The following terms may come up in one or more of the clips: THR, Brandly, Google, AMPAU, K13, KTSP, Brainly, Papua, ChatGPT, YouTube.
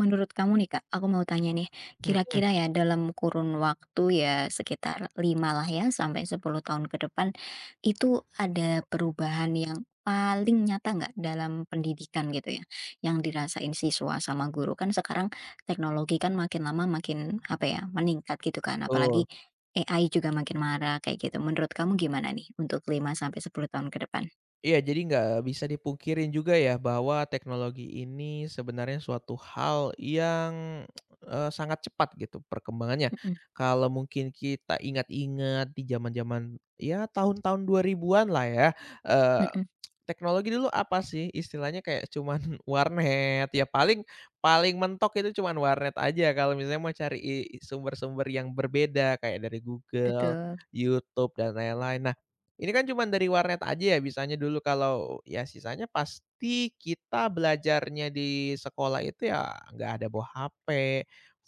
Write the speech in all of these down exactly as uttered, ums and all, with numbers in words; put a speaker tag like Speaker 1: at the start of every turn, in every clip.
Speaker 1: Menurut kamu nih Kak, aku mau tanya nih,
Speaker 2: Mhm,
Speaker 1: kira-kira ya dalam kurun waktu ya sekitar lima lah ya sampai sepuluh tahun ke depan, itu ada perubahan yang paling nyata nggak dalam pendidikan gitu ya, yang dirasain siswa sama guru? Kan sekarang teknologi kan makin lama makin, apa ya, meningkat gitu kan,
Speaker 2: betul.
Speaker 1: apalagi A I juga makin marah kayak gitu. Menurut kamu gimana nih untuk lima sampai sepuluh tahun ke depan?
Speaker 2: Iya, jadi nggak bisa dipungkirin juga ya bahwa teknologi ini sebenarnya suatu hal yang eee, sangat cepat gitu perkembangannya.
Speaker 1: Mhm,
Speaker 2: Kalau mungkin kita ingat-ingat di zaman-zaman ya tahun-tahun dua ribuan-an lah ya, eee,
Speaker 1: mhm.
Speaker 2: teknologi dulu apa sih, istilahnya kayak cuman warnet, ya paling paling mentok itu cuman warnet aja kalau misalnya mau cari i i- sumber-sumber yang berbeda kayak dari Google,
Speaker 1: Betul.
Speaker 2: YouTube, dan lain-lain. Nah, ini kan cuman dari warnet aja ya bisanya dulu, kalau ya sisanya pasti kita belajarnya di sekolah itu ya nggak ada bawa H P,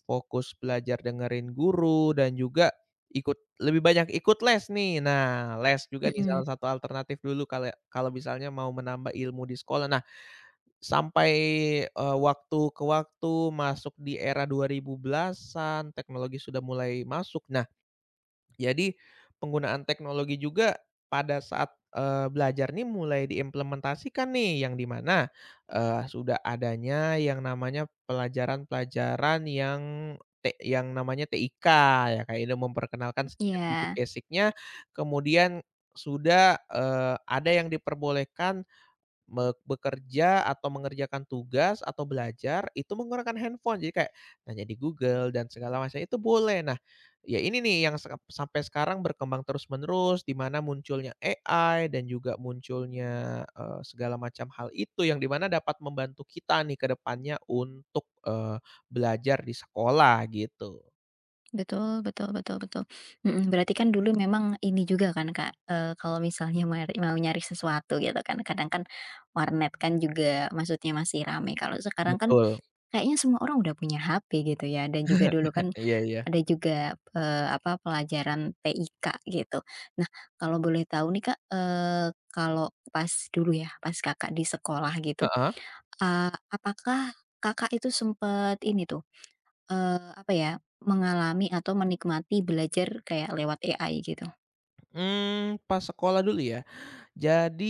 Speaker 2: fokus belajar dengerin guru dan juga ikut lebih banyak ikut les nih. Nah, les juga nih
Speaker 1: Mhm,
Speaker 2: salah satu alternatif dulu kale kalau misalnya mau menambah ilmu di sekolah. Nah, sampai, eee, waktu ke waktu masuk di era dua ribu belasan, teknologi sudah mulai masuk. Nah, jadi penggunaan teknologi juga pada saat, eee, belajar nih mulai diimplementasikan nih, yang dimana sudah adanya yang namanya pelajaran-pelajaran yang T yang namanya TIK, ya kayak ini memperkenalkan sedikit-sedikit
Speaker 1: iya.
Speaker 2: basicnya. Kemudian sudah, eee, ada yang diperbolehkan Me bekerja atau mengerjakan tugas atau belajar itu menggunakan handphone. Jadi kayak nanya di Google dan segala macam itu boleh. Nah, ya ini nih yang sek sampai sekarang berkembang terus-menerus, di mana munculnya A I dan juga munculnya, eee, segala macam hal itu yang di mana dapat membantu kita nih ke depannya untuk, eee, belajar di sekolah gitu.
Speaker 1: Betul, betul, betul, betul, mhm, berarti kan dulu memang ini juga kan Kak, eee, kalau misalnya mari mau nyari sesuatu gitu kan kadang kan warnet kan juga maksudnya masih rame kalau sekarang kan
Speaker 2: Betul.
Speaker 1: kayaknya semua orang udah punya ha pe gitu ya dan juga dulu kan
Speaker 2: Iya, iya.
Speaker 1: ada juga, eee, apa pelajaran T I K gitu. Nah, kalau boleh tahu nih Kak, eee, kalau pas dulu ya pas Kakak di sekolah gitu,
Speaker 2: Heeh.
Speaker 1: eee, apakah Kakak itu sempet ini tuh, Eee, apa ya, mengalami atau menikmati belajar kayak lewat A I gitu.
Speaker 2: Mmm, pas sekolah dulu ya. Jadi,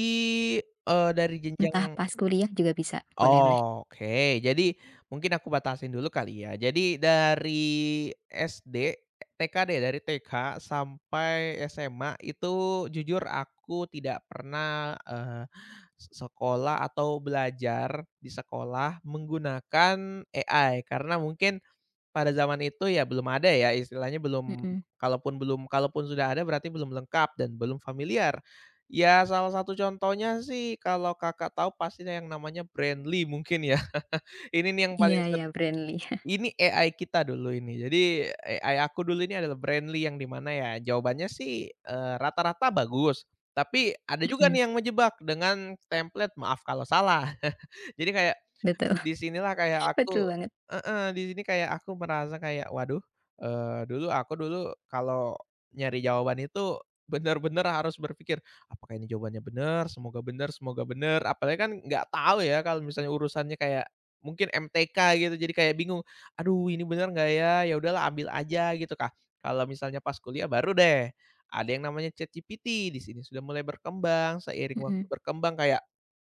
Speaker 2: eee, dari jenjang
Speaker 1: Entah pas kuliah juga bisa, boleh, boleh.
Speaker 2: oke, jadi mungkin aku batasin dulu kali ya. Jadi dari SD, TK deh, dari TK sampai SMA, itu jujur aku tidak pernah, eee, sekolah atau belajar di sekolah menggunakan A I, karena mungkin pada zaman itu ya belum ada ya, istilahnya belum,
Speaker 1: Mhm.
Speaker 2: kalaupun belum kalaupun sudah ada berarti belum lengkap dan belum familiar. Ya, salah satu contohnya sih kalau Kakak tahu pastinya yang namanya Brandly mungkin ya. Ini nih yang
Speaker 1: Iya,
Speaker 2: paling
Speaker 1: iya,
Speaker 2: sering
Speaker 1: Brainly. Mhm.
Speaker 2: ini A I kita dulu ini. Jadi A I aku dulu ini adalah Brandly, yang di mana ya jawabannya sih, eee, rata-rata bagus, tapi ada juga nih yang menjebak dengan template, "Maaf kalau salah." Jadi kayak
Speaker 1: Betul.
Speaker 2: di sinilah kayak aku
Speaker 1: Betul banget.
Speaker 2: heeh, di sini kayak aku merasa kayak, waduh, eee, dulu aku dulu kalau nyari jawaban itu bener-bener harus berpikir, "Apakah ini jawabannya bener? Semoga bener, semoga bener." Apalagi kan nggak tahu ya kalau misalnya urusannya kayak mungkin M T K gitu, jadi kayak bingung, "Aduh, ini bener nggak ya? Ya udahlah, ambil aja," gitu, Kak. Kalau misalnya pas kuliah, baru deh ada yang namanya ChatGPT. Di sini sudah mulai berkembang, seiring waktu
Speaker 1: Mhm.
Speaker 2: berkembang kayak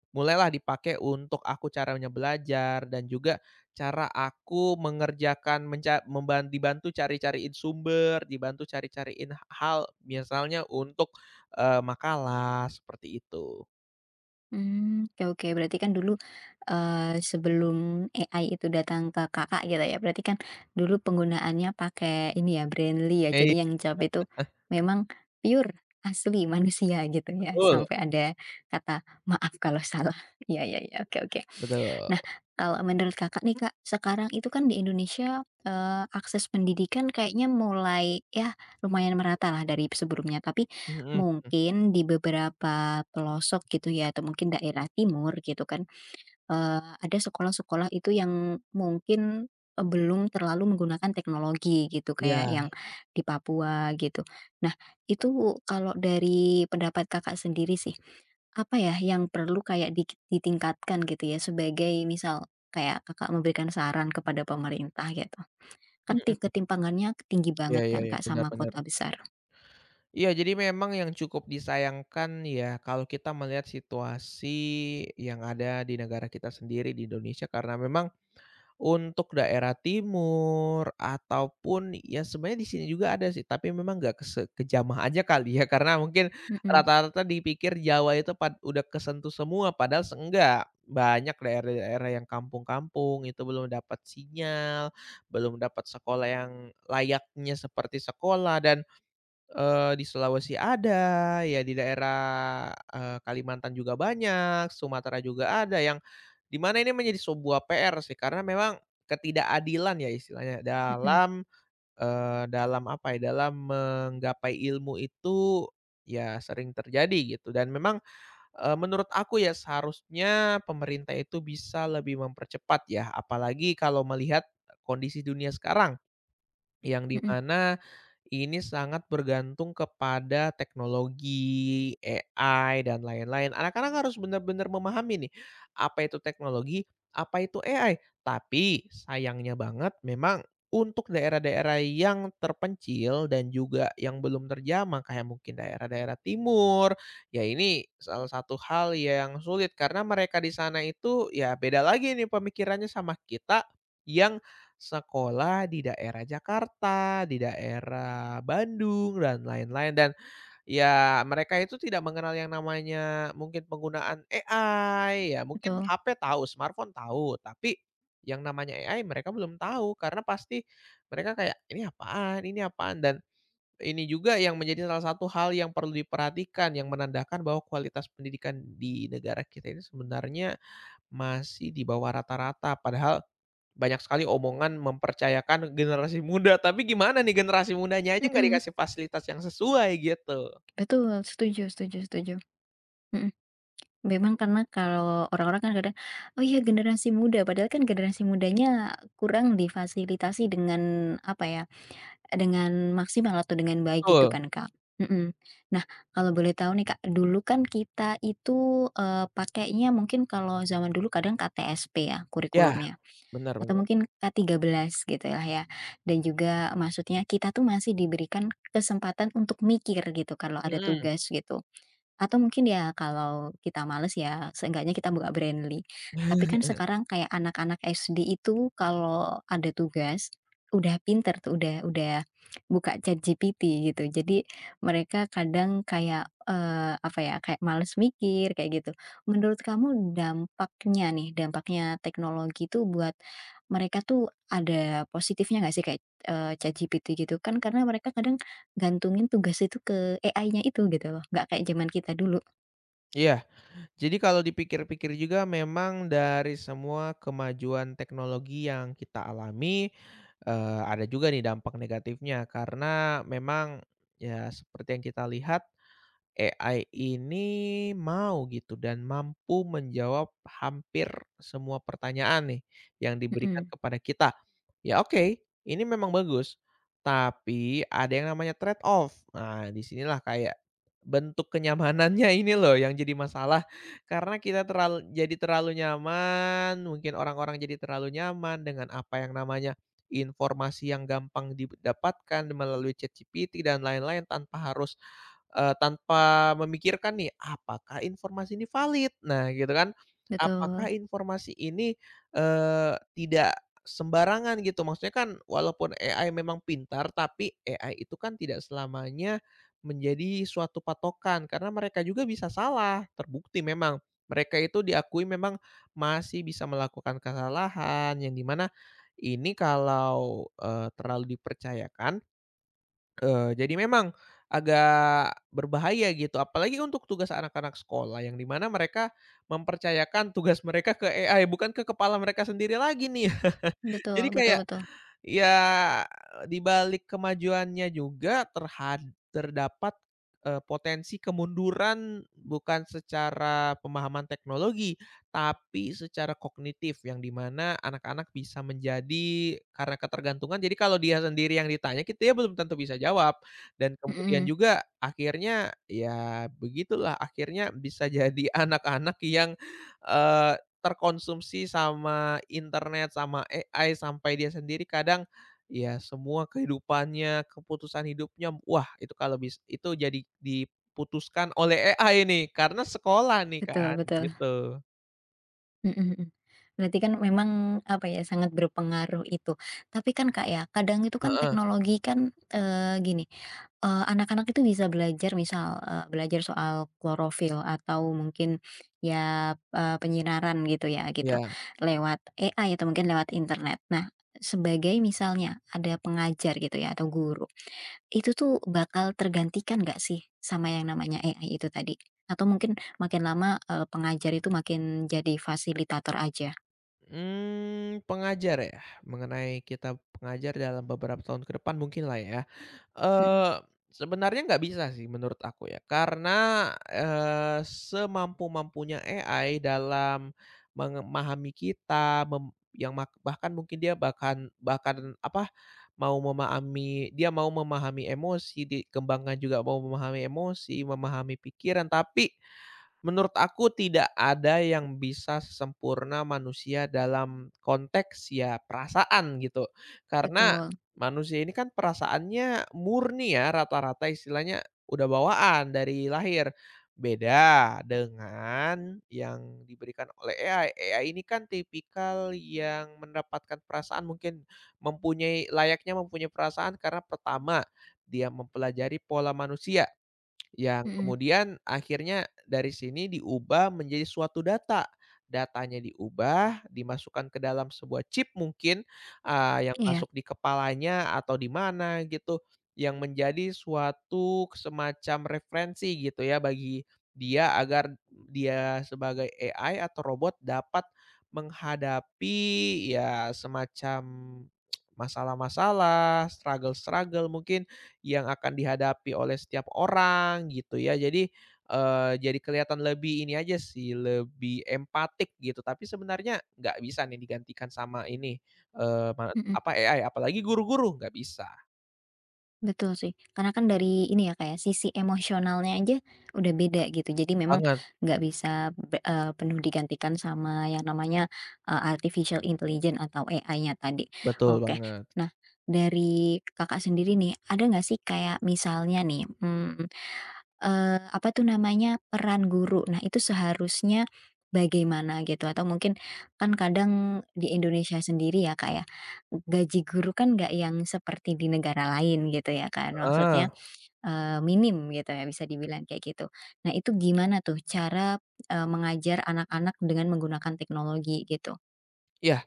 Speaker 2: mulailah dipakai untuk aku, caranya belajar dan juga cara aku mengerjakan, menca memban dibantu cari-cariin sumber, dibantu cari-cariin hal misalnya untuk, eee, makalah, seperti itu.
Speaker 1: Mmm, oke, oke, berarti kan dulu, eee, sebelum A I itu datang ke Kakak gitu ya, berarti kan dulu penggunaannya pakai ini ya, Brandly ya,
Speaker 2: Iya,
Speaker 1: jadi yang jawab itu memang pure asli manusia gitu ya,
Speaker 2: betul,
Speaker 1: sampai ada kata, "Maaf kalau salah." Iya, iya, iya, oke, oke.
Speaker 2: betul.
Speaker 1: Nah, kalau menurut Kakak nih Kak, sekarang itu kan di Indonesia, eee, akses pendidikan kayaknya mulai ya lumayan merata lah dari sebelumnya, tapi
Speaker 2: Mhm,
Speaker 1: mungkin di beberapa pelosok gitu ya atau mungkin daerah timur gitu kan, eee, ada sekolah-sekolah itu yang mungkin, eee, belum terlalu menggunakan teknologi gitu kayak yang
Speaker 2: iya.
Speaker 1: di Papua gitu. Nah, itu kalau dari pendapat Kakak sendiri sih apa ya yang perlu kayak dikit ditingkatkan gitu ya sebagai misal kayak Kakak memberikan saran kepada pemerintah gitu. Kan ti
Speaker 2: Mhm.
Speaker 1: ketimpangannya tinggi
Speaker 2: Iya,
Speaker 1: banget
Speaker 2: iya,
Speaker 1: kan
Speaker 2: iya,
Speaker 1: Kak
Speaker 2: benar,
Speaker 1: sama Mhm.
Speaker 2: benar.
Speaker 1: kota besar.
Speaker 2: Iya, jadi memang yang cukup disayangkan ya, kalau kita melihat situasi yang ada di negara kita sendiri, di Indonesia, karena memang untuk daerah timur ataupun ya sebenarnya di sini juga ada sih, tapi memang nggak kese kejamah aja kali ya, karena mungkin
Speaker 1: Mhm,
Speaker 2: rata-rata dipikir Jawa itu pad udah kesentuh semua, padahal se enggak. Banyak daerah-daerah yang kampung-kampung itu belum dapat sinyal, belum dapat sekolah yang layaknya seperti sekolah, dan Eee, di Sulawesi ada, ya di daerah, eee, Kalimantan juga banyak, Sumatera juga ada, yang di mana ini menjadi sebuah P R sih, karena memang ketidakadilan ya istilahnya
Speaker 1: mhm,
Speaker 2: dalam, eee, dalam apa ya, dalam menggapai ilmu itu ya sering terjadi gitu. Dan memang, eee, menurut aku ya seharusnya pemerintah itu bisa lebih mempercepat ya, apalagi kalau melihat kondisi dunia sekarang, yang di
Speaker 1: mhm,
Speaker 2: mana ini sangat bergantung kepada teknologi, A I, dan lain-lain. Anak-anak harus benar-benar memahami nih, apa itu teknologi, apa itu A I. Tapi sayangnya banget memang untuk daerah-daerah yang terpencil dan juga yang belum terjamah, kayak mungkin daerah-daerah timur, ya ini salah satu hal yang sulit karena mereka di sana itu ya beda lagi nih pemikirannya sama kita yang sekolah di daerah Jakarta, di daerah Bandung, dan lain-lain. Dan ya mereka itu tidak mengenal yang namanya mungkin penggunaan A I, ya mungkin
Speaker 1: betul.
Speaker 2: H P tahu, smartphone tahu, tapi yang namanya A I mereka belum tahu. Karena pasti mereka kayak, "Ini apaan, ini apaan?" Dan ini juga yang menjadi salah satu hal yang perlu diperhatikan, yang menandakan bahwa kualitas pendidikan di negara kita ini sebenarnya masih di bawah rata-rata, padahal banyak sekali omongan mempercayakan generasi muda, tapi gimana nih generasi mudanya aja nggak
Speaker 1: Mhm,
Speaker 2: dikasih fasilitas yang sesuai gitu.
Speaker 1: betul, setuju, setuju, setuju. Mhm. Memang karena kalau orang-orang kan kadang, "Oh iya generasi muda," padahal kan generasi mudanya kurang difasilitasi dengan apa ya, dengan maksimal atau dengan baik gitu
Speaker 2: Betul,
Speaker 1: kan, Kak? Mhm. Nah, kalau boleh tahu nih, Kak, dulu kan kita itu, eee, pakainya mungkin kalau zaman dulu kadang K T S P ya
Speaker 2: ya
Speaker 1: kurikulumnya, atau
Speaker 2: benar-benar.
Speaker 1: mungkin K tiga belas gitu lah ya, dan juga maksudnya kita tuh masih diberikan kesempatan untuk mikir gitu kalau ada tugas gitu. Atau mungkin ya kalau kita males ya seenggaknya kita buka Brainly. Tapi
Speaker 2: Mhm.
Speaker 1: kan sekarang kayak anak-anak es de itu kalau ada tugas, udah pinter tuh, udah udah buka Chat ChatGPT gitu. Jadi mereka kadang kayak, eee, apa ya, kayak males mikir kayak gitu. Menurut kamu dampaknya nih, dampaknya teknologi itu buat mereka tuh ada positifnya nggak sih kayak, eee, ChatGPT gitu? Kan karena mereka kadang gantungin tugas itu A I-nya itu gitu loh, nggak kayak zaman kita dulu.
Speaker 2: Iya, jadi kalau dipikir-pikir juga memang dari semua kemajuan teknologi yang kita alami, eee, ada juga nih dampak negatifnya, karena memang ya seperti yang kita lihat, A I ini mau gitu dan mampu menjawab hampir semua pertanyaan nih yang diberikan
Speaker 1: Mhm,
Speaker 2: kepada kita. Ya, oke, ini memang bagus, tapi ada yang namanya trade off. Nah, disinilah kayak bentuk kenyamanannya ini loh yang jadi masalah, karena kita terlalu, jadi terlalu nyaman, mungkin orang-orang jadi terlalu nyaman dengan apa yang namanya informasi yang gampang didapatkan melalui ChatGPT dan lain-lain tanpa harus, eee, tanpa memikirkan nih, "Apakah informasi ini valid?" Nah, gitu kan. Apakah
Speaker 1: betul,
Speaker 2: informasi ini, eee, tidak sembarangan gitu, maksudnya kan walaupun A I memang pintar, tapi A I itu kan tidak selamanya menjadi suatu patokan, karena mereka juga bisa salah. Terbukti memang mereka itu diakui memang masih bisa melakukan kesalahan, yang dimana ini kalau, eee, terlalu dipercayakan, Eee, jadi memang agak berbahaya gitu, apalagi untuk tugas anak-anak sekolah yang di mana mereka mempercayakan tugas mereka ke A I, bukan ke kepala mereka sendiri lagi nih. Jadi
Speaker 1: betul, betul,
Speaker 2: kayak,
Speaker 1: betul.
Speaker 2: ya, di balik kemajuannya juga terhad terdapat, eee, potensi kemunduran, bukan secara pemahaman teknologi, tapi secara kognitif, yang di mana anak-anak bisa menjadi karena ketergantungan, jadi kalau dia sendiri yang ditanya ki dia belum tentu bisa jawab. Dan kemudian
Speaker 1: Mhm,
Speaker 2: juga akhirnya ya begitulah, akhirnya bisa jadi anak-anak yang, eee, terkonsumsi sama internet, sama A I, sampai dia sendiri kadang, ya semua kehidupannya, keputusan hidupnya, wah itu kalau bis itu jadi diputuskan oleh A I nih, karena sekolah nih
Speaker 1: betul,
Speaker 2: kan,
Speaker 1: betul.
Speaker 2: gitu.
Speaker 1: Mhm, mhm. Berarti kan memang, apa ya, sangat berpengaruh itu. Tapi kan, Kak, ya, kadang itu kan
Speaker 2: Heeh,
Speaker 1: teknologi kan, eee, gini, eee, anak-anak itu bisa belajar misal, eee, belajar soal klorofil atau mungkin ya, eee, penyinaran gitu ya, gitu,
Speaker 2: iya.
Speaker 1: lewat A I atau mungkin lewat internet. Nah, sebagai misalnya ada pengajar gitu ya atau guru, itu tuh bakal tergantikan nggak sih sama yang namanya A I itu tadi? Atau mungkin makin lama, eee, pengajar itu makin jadi fasilitator aja?
Speaker 2: Hmm, pengajar ya? Mengenai kita pengajar dalam beberapa tahun ke depan, mungkinlah ya.
Speaker 1: Mhm,
Speaker 2: Eh, sebenarnya nggak bisa sih menurut aku ya, karena, eee, semampu-mampunya A I dalam memahami kita, mem yang mak bahkan mungkin dia bahkan bahkan, apa, mau memahami dia mau memahami emosi, dikembangkan juga mau memahami emosi, memahami pikiran, tapi menurut aku tidak ada yang bisa sempurna manusia dalam konteks ya perasaan gitu. Karena
Speaker 1: betul,
Speaker 2: manusia ini kan perasaannya murni ya, rata-rata istilahnya udah bawaan dari lahir. Beda dengan yang diberikan oleh A I. A I ini kan tipikal yang mendapatkan perasaan, mungkin mempunyai, layaknya mempunyai perasaan karena pertama dia mempelajari pola manusia. Yang
Speaker 1: mhm,
Speaker 2: kemudian akhirnya dari sini diubah menjadi suatu data. Datanya diubah, dimasukkan ke dalam sebuah chip mungkin, eee, yang
Speaker 1: iya,
Speaker 2: masuk di kepalanya atau di mana gitu, yang menjadi suatu semacam referensi gitu ya bagi dia, agar dia sebagai A I atau robot dapat menghadapi ya semacam masalah-masalah, struggle-struggle mungkin yang akan dihadapi oleh setiap orang gitu ya. Jadi, eee, jadi kelihatan lebih ini aja sih, lebih empatik gitu. Tapi sebenarnya nggak bisa nih digantikan sama ini, eee, ma
Speaker 1: mhm,
Speaker 2: apa, A I, apalagi guru-guru, nggak bisa.
Speaker 1: betul sih. Karena kan dari ini ya, kayak sisi emosionalnya aja udah beda gitu. Jadi memang
Speaker 2: Banget,
Speaker 1: nggak bisa be eee, penuh digantikan sama yang namanya, eee, artificial intelligence atau A I-nya tadi.
Speaker 2: betul
Speaker 1: Oke,
Speaker 2: banget,
Speaker 1: nah, dari Kakak sendiri nih, ada nggak sih kayak misalnya nih, mmm Eee, apa tuh namanya, peran guru. Nah, itu seharusnya bagaimana gitu? Atau mungkin kan kadang di Indonesia sendiri ya, kayak gaji guru kan nggak yang seperti di negara lain gitu ya kan, maksudnya,
Speaker 2: ah
Speaker 1: eee, minim gitu ya, bisa dibilang kayak gitu. Nah, itu gimana tuh cara, eee, mengajar anak-anak dengan menggunakan teknologi gitu?
Speaker 2: ya.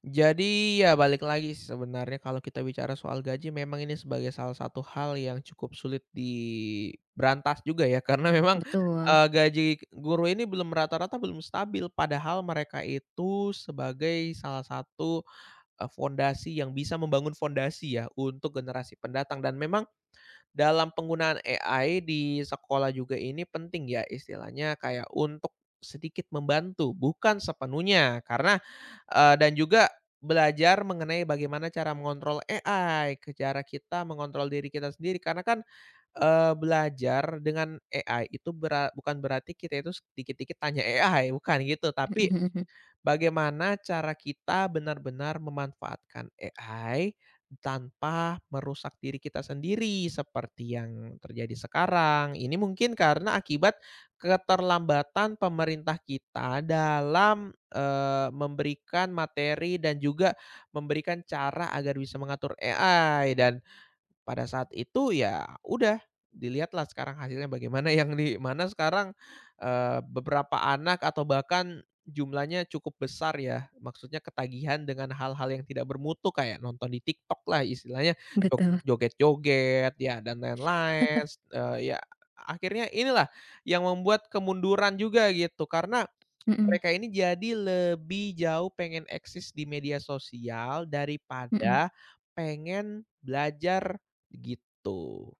Speaker 2: Jadi ya balik lagi sih, sebenarnya kalau kita bicara soal gaji, memang ini sebagai salah satu hal yang cukup sulit diberantas juga ya, karena memang,
Speaker 1: Betul.
Speaker 2: eee, gaji guru ini belum, rata-rata belum stabil, padahal mereka itu sebagai salah satu, eee, fondasi yang bisa membangun fondasi ya untuk generasi pendatang. Dan memang dalam penggunaan A I di sekolah juga ini penting ya istilahnya, kayak untuk sedikit membantu, bukan sepenuhnya, karena, eee, dan juga belajar mengenai bagaimana cara mengontrol A I, ke cara kita mengontrol diri kita sendiri, karena kan, eee, belajar dengan A I itu bera bukan berarti kita itu sedikit-sedikit tanya A I, bukan gitu, tapi
Speaker 1: Mhm, mhm, mhm.
Speaker 2: bagaimana cara kita benar-benar memanfaatkan A I tanpa merusak diri kita sendiri, seperti yang terjadi sekarang. Ini mungkin karena akibat keterlambatan pemerintah kita dalam, eee, memberikan materi dan juga memberikan cara agar bisa mengatur A I, dan pada saat itu ya udah, dilihatlah sekarang hasilnya bagaimana, yang di mana sekarang, eee, beberapa anak atau bahkan jumlahnya cukup besar ya, maksudnya ketagihan dengan hal-hal yang tidak bermutu, kayak nonton di TikTok-lah istilahnya, jog
Speaker 1: Betul.
Speaker 2: joget-joget ya dan lain-lain, eee, ya akhirnya inilah yang membuat kemunduran juga gitu, karena
Speaker 1: Mhm,
Speaker 2: mereka ini jadi lebih jauh pengen eksis di media sosial
Speaker 1: mhm.
Speaker 2: daripada pengen belajar, gitu.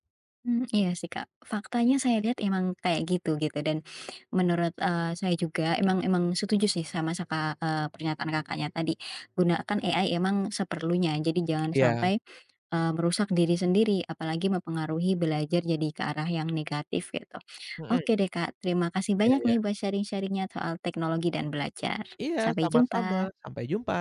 Speaker 1: Mmm, iya sih, Kak. Faktanya saya lihat emang kayak gitu gitu dan menurut, eee, saya juga emang emang setuju sih sama saka eee, pernyataan Kakaknya tadi. Gunakan A I emang seperlunya, jadi jangan
Speaker 2: Iya,
Speaker 1: sampai, eee, merusak diri sendiri, apalagi mempengaruhi belajar jadi ke arah yang negatif gitu.
Speaker 2: mhm,
Speaker 1: Oke deh, Kak, terima kasih
Speaker 2: iya,
Speaker 1: banyak
Speaker 2: iya.
Speaker 1: nih buat sharing-sharing-nya soal teknologi dan belajar.
Speaker 2: Iya,
Speaker 1: Sampai
Speaker 2: sama-sama,
Speaker 1: jumpa.
Speaker 2: sampai jumpa.